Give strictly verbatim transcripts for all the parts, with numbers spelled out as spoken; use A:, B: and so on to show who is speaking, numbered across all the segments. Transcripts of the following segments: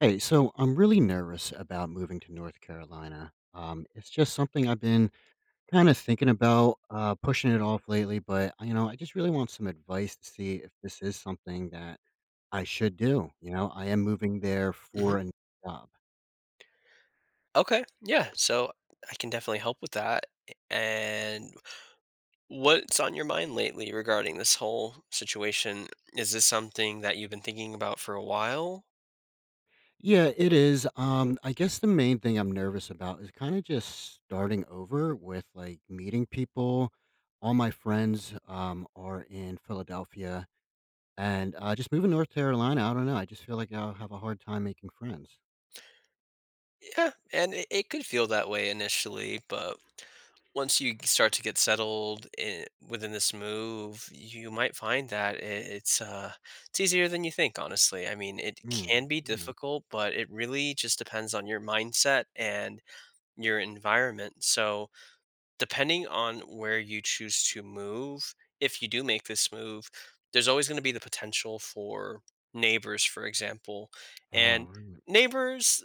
A: Hey, so I'm really nervous about moving to North Carolina. Um, it's just something I've been kind of thinking about, uh, pushing it off lately, but you know, I just really want some advice to see if this is something that I should do. You know, I am moving there
B: Hmm.
A: for a new job.
B: Okay. Yeah. So I can definitely help with that. And what's on your mind lately regarding this whole situation? Is this something that you've been thinking about for a while?
A: Yeah, it is. Um, I guess the main thing I'm nervous about is kind of just starting over with like meeting people. All my friends um, are in Philadelphia. And, uh, just moving to North Carolina, I don't know, I just feel like I'll have a hard time making friends.
B: Yeah, and it, it could feel that way initially, but once you start to get settled in, within this move, you might find that it, it's uh, it's easier than you think. Honestly, I mean, it can
A: Mm,
B: be
A: yeah.
B: difficult, but it really just depends on your mindset and your environment. So depending on where you choose to move, if you do make this move, there's always going to be the potential for neighbors, for example.
A: Oh,
B: And
A: right.
B: neighbors,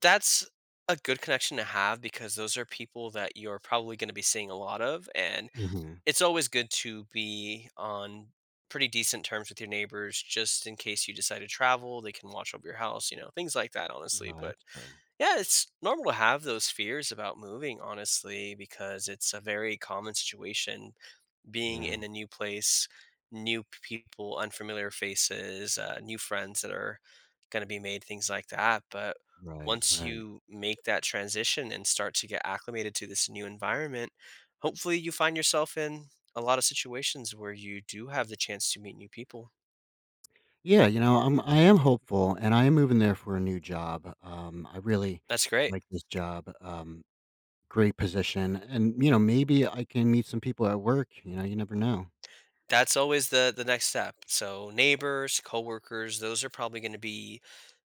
B: that's a good connection to have because those are people that you're probably going to be seeing a lot of. And
A: Mhm.
B: it's always good to be on pretty decent terms with your neighbors just in case you decide to travel. They can watch over your house, you know, things like that, honestly.
A: No,
B: But
A: that's true.
B: yeah, it's normal to have those fears about moving, honestly, because it's a very common situation being
A: Yeah.
B: in a new place, new people, unfamiliar faces, uh, new friends that are going to be made, things like that. But
A: Right,
B: once
A: right.
B: you make that transition and start to get acclimated to this new environment, hopefully you find yourself in a lot of situations where you do have the chance to meet new people.
A: Yeah, you know, I'm I am hopeful, and I am moving there for a new job. Um, I really
B: That's great.
A: like this job, um, great position, and, you know, maybe I can meet some people at work, you know, you never know.
B: That's always the the next step. So neighbors, coworkers, those are probably going to be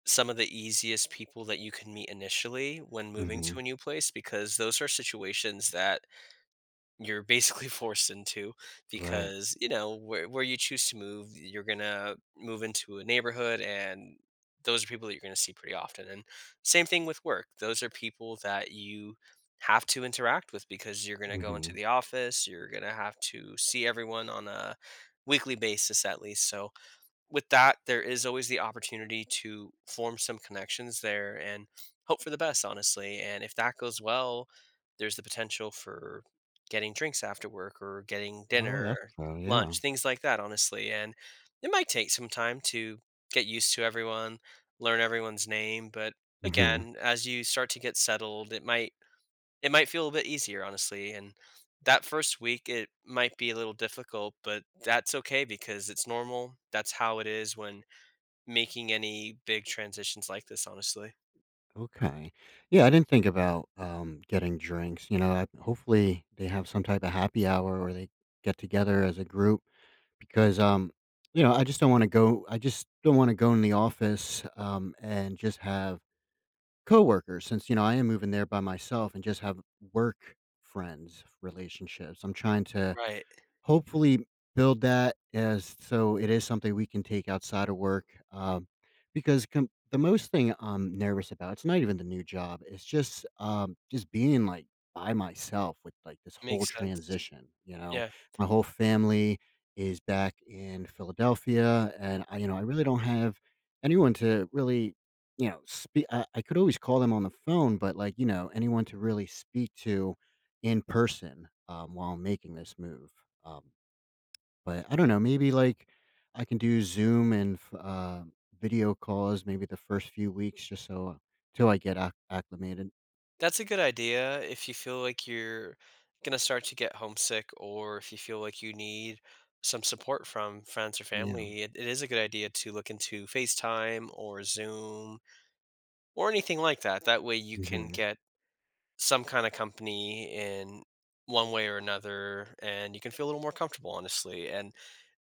B: some of the easiest people that you can meet initially when moving to
A: Mhm.
B: a new place because those are situations that you're basically forced into
A: Right.
B: because you know where, where you choose to move, you're gonna move into a neighborhood, and those are people that you're gonna see pretty often. And same thing with work, those are people that you have to interact with because you're gonna go into
A: Mhm.
B: the office, you're gonna have to see everyone on a weekly basis at least. So with that, there is always the opportunity to form some connections there and hope for the best, honestly. And if that goes well, there's the potential for getting drinks after work or getting
A: Oh, that's
B: dinner,
A: true, yeah.
B: lunch, things like that, honestly. And it might take some time to get used to everyone, learn everyone's name. But
A: Mhm.
B: again, as you start to get settled, it might it might feel a bit easier, honestly, and that first week, it might be a little difficult, but that's okay because it's normal. That's how it is when making any big transitions like this, honestly.
A: Okay. Yeah, I didn't think about, um, getting drinks, you know, I hopefully, they have some type of happy hour or they get together as a group because, um, you know, I just don't wanna go I just don't wanna go in the office, um, and just have coworkers since, you know, I am moving there by myself and just have work friends relationships. I'm trying to
B: Right.
A: hopefully build that as so it is something we can take outside of work, um, because com the most thing I'm nervous about, it's not even the new job, it's just, um, just being, like, by myself with, like, this whole
B: Makes sense.
A: transition, you know?
B: Yeah.
A: My whole family is back in Philadelphia, and I you know, I really don't have anyone to really, you know, speak. I I could always call them on the phone, but, like, you know, anyone to really speak to in person, um, while making this move. Um, but I don't know, maybe like I can do Zoom and f- uh, video calls maybe the first few weeks just so uh, till I get acc acclimated.
B: That's a good idea if you feel like you're gonna start to get homesick or if you feel like you need some support from friends or
A: Yeah.
B: family, it, it is a good idea to look into FaceTime or Zoom or anything like that. That way you can
A: Hmm.
B: get some kind of company in one way or another and you can feel a little more comfortable, honestly. And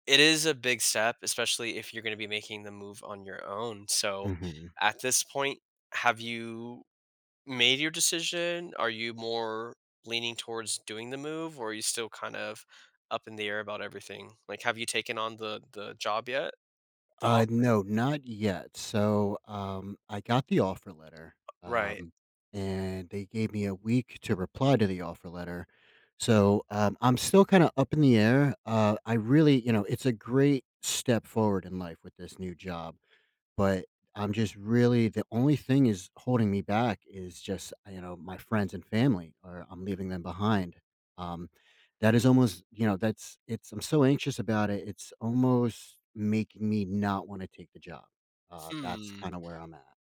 B: it is a big step, especially if you're going to be making the move on your own. So
A: Hmm.
B: at this point, have you made your decision? Are you more leaning towards doing the move, or are you still kind of up in the air about everything? Like, have you taken on the the job yet, the
A: Uh,
B: op-
A: no, not yet. So um, I got the offer letter,
B: right.
A: um, and they gave me a week to reply to the offer letter. So um, I'm still kind of up in the air. Uh, I really, you know, it's a great step forward in life with this new job. But I'm just really the only thing is holding me back is just, uh, you know, my friends and family, or I'm leaving them behind. Um, that is almost, you know, that's it's I'm so anxious about it. It's almost making me not want to take the job. Uh, that's
B: Hmm.
A: kind of where I'm at.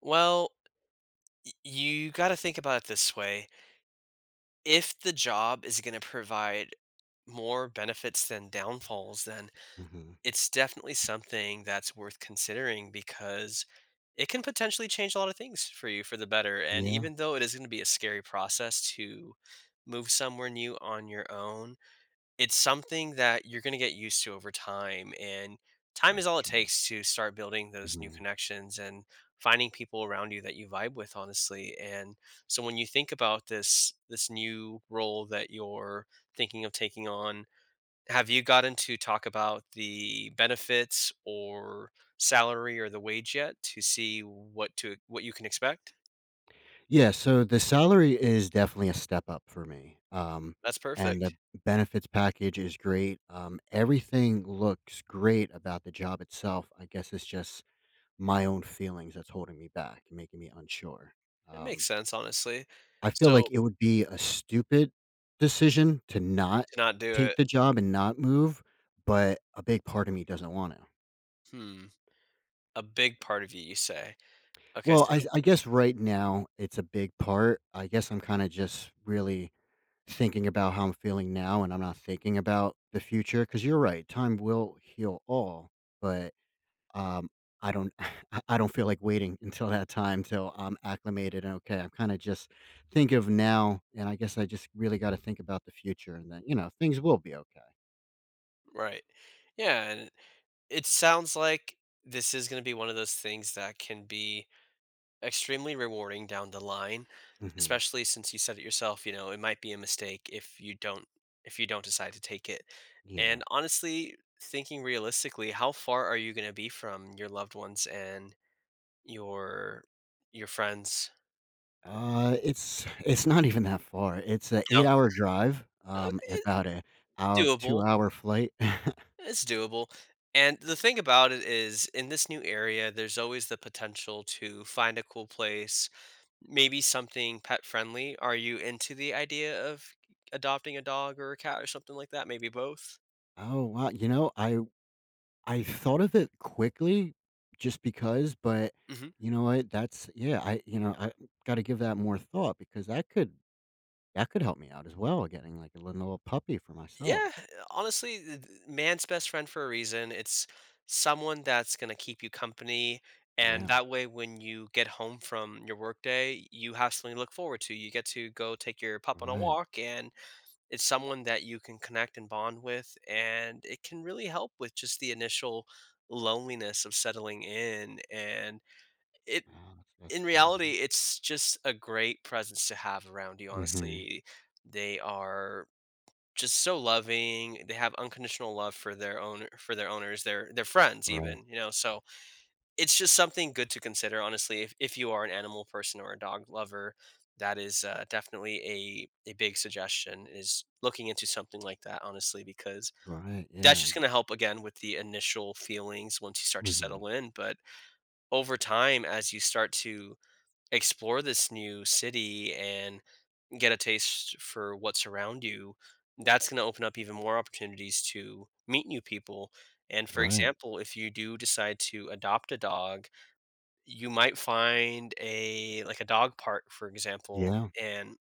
B: Well, y- you got to think about it this way. If the job is gonna provide more benefits than downfalls, then
A: Hmm.
B: it's definitely something that's worth considering because it can potentially change a lot of things for you for the better, and
A: Yeah,
B: even though it is gonna be a scary process to move somewhere new on your own, it's something that you're going to get used to over time, and time is
A: that's
B: all it
A: true.
B: takes to start building those new
A: Mhm.
B: connections and finding people around you that you vibe with, honestly. And so when you think about this this new role that you're thinking of taking on, have you gotten to talk about the benefits or salary or the wage yet, to see what to what you can expect?
A: Yeah, so the salary is definitely a step up for me. Um,
B: That's
A: and
B: perfect.
A: the benefits package is great. Um, everything looks great about the job itself. I guess it's just my own feelings that's holding me back making me unsure.
B: It makes
A: Um,
B: sense, honestly.
A: I feel
B: So
A: like it would be a stupid decision to not
B: to not do
A: take
B: it.
A: the job and not move, but a big part of me doesn't want to.
B: Hmm. A big part of you you say. Okay,
A: Well,
B: so
A: I, I guess right now it's a big part. I guess I'm kind of just really thinking about how I'm feeling now, and I'm not thinking about the future. Because 'cause you're right, time will heal all, but, um, I don't I I don't feel like waiting until that time till I'm acclimated and okay. I'm kinda just think of now, and I guess I just really gotta think about the future and then, you know, things will be okay.
B: right. Yeah, and it sounds like this is gonna be one of those things that can be extremely rewarding down the line,
A: Mhm.
B: especially since you said it yourself, you know, it might be a mistake if you don't, if you don't decide to take it. And
A: Yeah.
B: honestly, thinking realistically, how far are you gonna be from your loved ones and your your friends?
A: Uh, it's it's not even that far. It's a
B: No.
A: eight-hour drive,
B: Uh,
A: um, about a
B: it's
A: hour 2
B: doable.
A: hour flight.
B: It's doable. And the thing about it is, in this new area, there's always the potential to find a cool place, maybe something pet friendly. Are you into the idea of adopting a dog or a cat or something like that? Maybe both?
A: Oh, wow, you know, I I thought of it quickly just because, but
B: Hmm.
A: you know what? That's yeah, I you know, I gotta give that more thought because that could that could help me out as well, getting like a little little puppy for myself.
B: Yeah, honestly, th- th- man's best friend for a reason. It's someone that's going to keep you company. And
A: Yeah.
B: that way, when you get home from your workday, you have something to look forward to. You get to go take your pup on a
A: Right.
B: walk, and it's someone that you can connect and bond with, and it can really help with just the initial loneliness of settling in. And it
A: Wow, that's that's
B: in
A: true.
B: reality it's just a great presence to have around you,
A: Yeah. Mhm.
B: honestly. They are just so loving. They have unconditional love for their own, for their owners, their their friends
A: Right.
B: even, you know. So it's just something good to consider, honestly. If if you are an animal person or a dog lover, that is uh, definitely a a big suggestion, is looking into something like that, honestly, because
A: Right.
B: that's
A: Yeah.
B: just going
A: y-
B: to help again with the initial feelings once you start to
A: Mhm.
B: settle in. But over time, as you start to explore this new city and get a taste for what's around you, that's going to open up even more opportunities to meet new people. And for
A: Right.
B: example, if you do decide to adopt a dog, you might find a like a dog park, for example,
A: Yeah.
B: and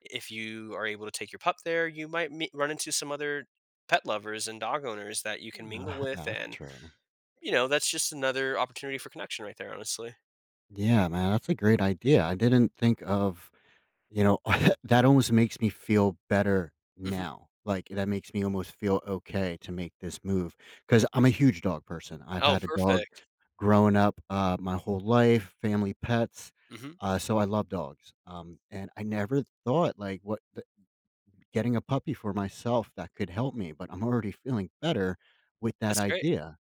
B: if you are able to take your pup there, you might meet, run into some other pet lovers and dog owners that you can mingle with,
A: That's
B: and
A: true.
B: you know, that's just another opportunity for connection right there, honestly.
A: Yeah, man, that's a great idea. I didn't think of. You know, that almost makes me feel better
B: Hmm.
A: now. Like, that makes me almost feel okay to make this move because 'cause I'm a huge dog person. I've
B: Oh,
A: had a dog
B: perfect.
A: growing up, uh, my whole life, family pets,
B: Hmm.
A: uh, so I love dogs, um, and I never thought, like, what the getting a puppy for myself that could help me, but I'm already feeling better with that
B: That's great.
A: idea,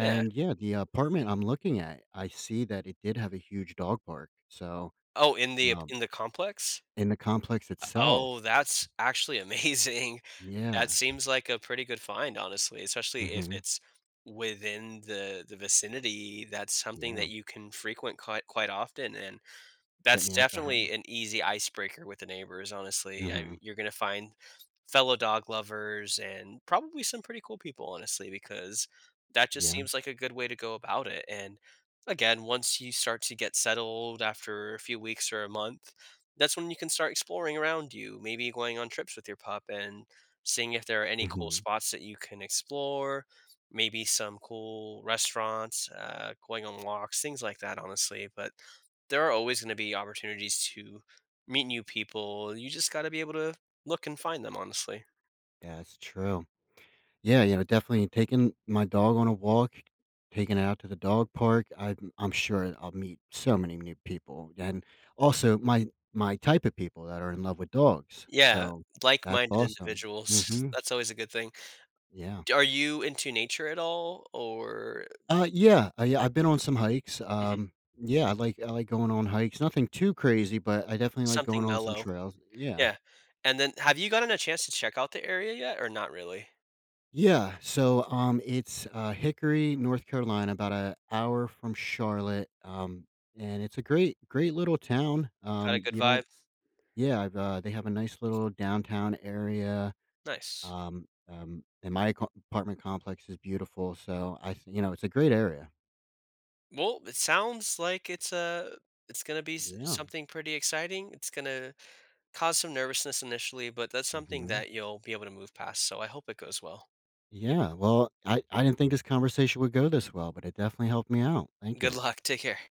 B: Yeah.
A: yeah, the apartment I'm looking at, I see that it did have a huge dog park, so,
B: Oh, in the
A: um,
B: in the complex.
A: in the complex itself.
B: Oh, that's actually amazing. That
A: Yeah.
B: seems like a pretty good find, honestly, especially if
A: Mhm.
B: it's within the the vicinity. That's something
A: Yeah.
B: that you can frequent quite quite often, and
A: Get
B: that's
A: me out the
B: definitely
A: house.
B: an easy icebreaker with the neighbors, honestly. I
A: Mhm.
B: you're gonna find fellow dog lovers and probably some pretty cool people, honestly, because that just
A: Yeah.
B: seems like a good way to go about it, and, again, once you start to get settled after a few weeks or a month, that's when you can start exploring around you, maybe going on trips with your pup and seeing if there are any cool
A: Mhm.
B: spots that you can explore, maybe some cool restaurants, uh, going on walks, things like that, honestly. But there are always going to be opportunities to meet new people. You just got to be able to look and find them, honestly.
A: That's true. Yeah, you know, definitely taking my dog on a walk, taking it out to the dog park. I, I'm I'm sure I'll meet so many new people, and also my my type of people that are in love with dogs.
B: Yeah,
A: So that's
B: like-minded
A: awesome.
B: individuals.
A: Hmm.
B: That's always a good thing.
A: Yeah.
B: D- Are you into nature at all, or
A: Uh, yeah, I, yeah, I've been on some hikes.
B: Mhm.
A: Um, yeah, I like I like going on hikes. Nothing too crazy, but I definitely like
B: something
A: going on some
B: mellow?
A: trails. Yeah.
B: Yeah. And then, have you gotten a chance to check out the area yet, or not really?
A: Yeah, so, um, it's, uh, Hickory, North Carolina, about an hour from Charlotte, um, and it's a great great little town,
B: Got a
A: um,
B: good
A: you don't
B: vibe.
A: yeah, I've, uh they have a nice little downtown area,
B: Nice.
A: um, um, and my co apartment complex is beautiful, so I th you know, it's a great area.
B: Well, it sounds like it's a it's going to be s-
A: Yeah,
B: something pretty exciting. It's going to cause some nervousness initially, but that's something
A: mhm.
B: that you'll be able to move past. So I hope it goes well.
A: Yeah, well, I I didn't think this conversation would go this well, but it definitely helped me out. Thank
B: Good
A: you.
B: luck. Take care.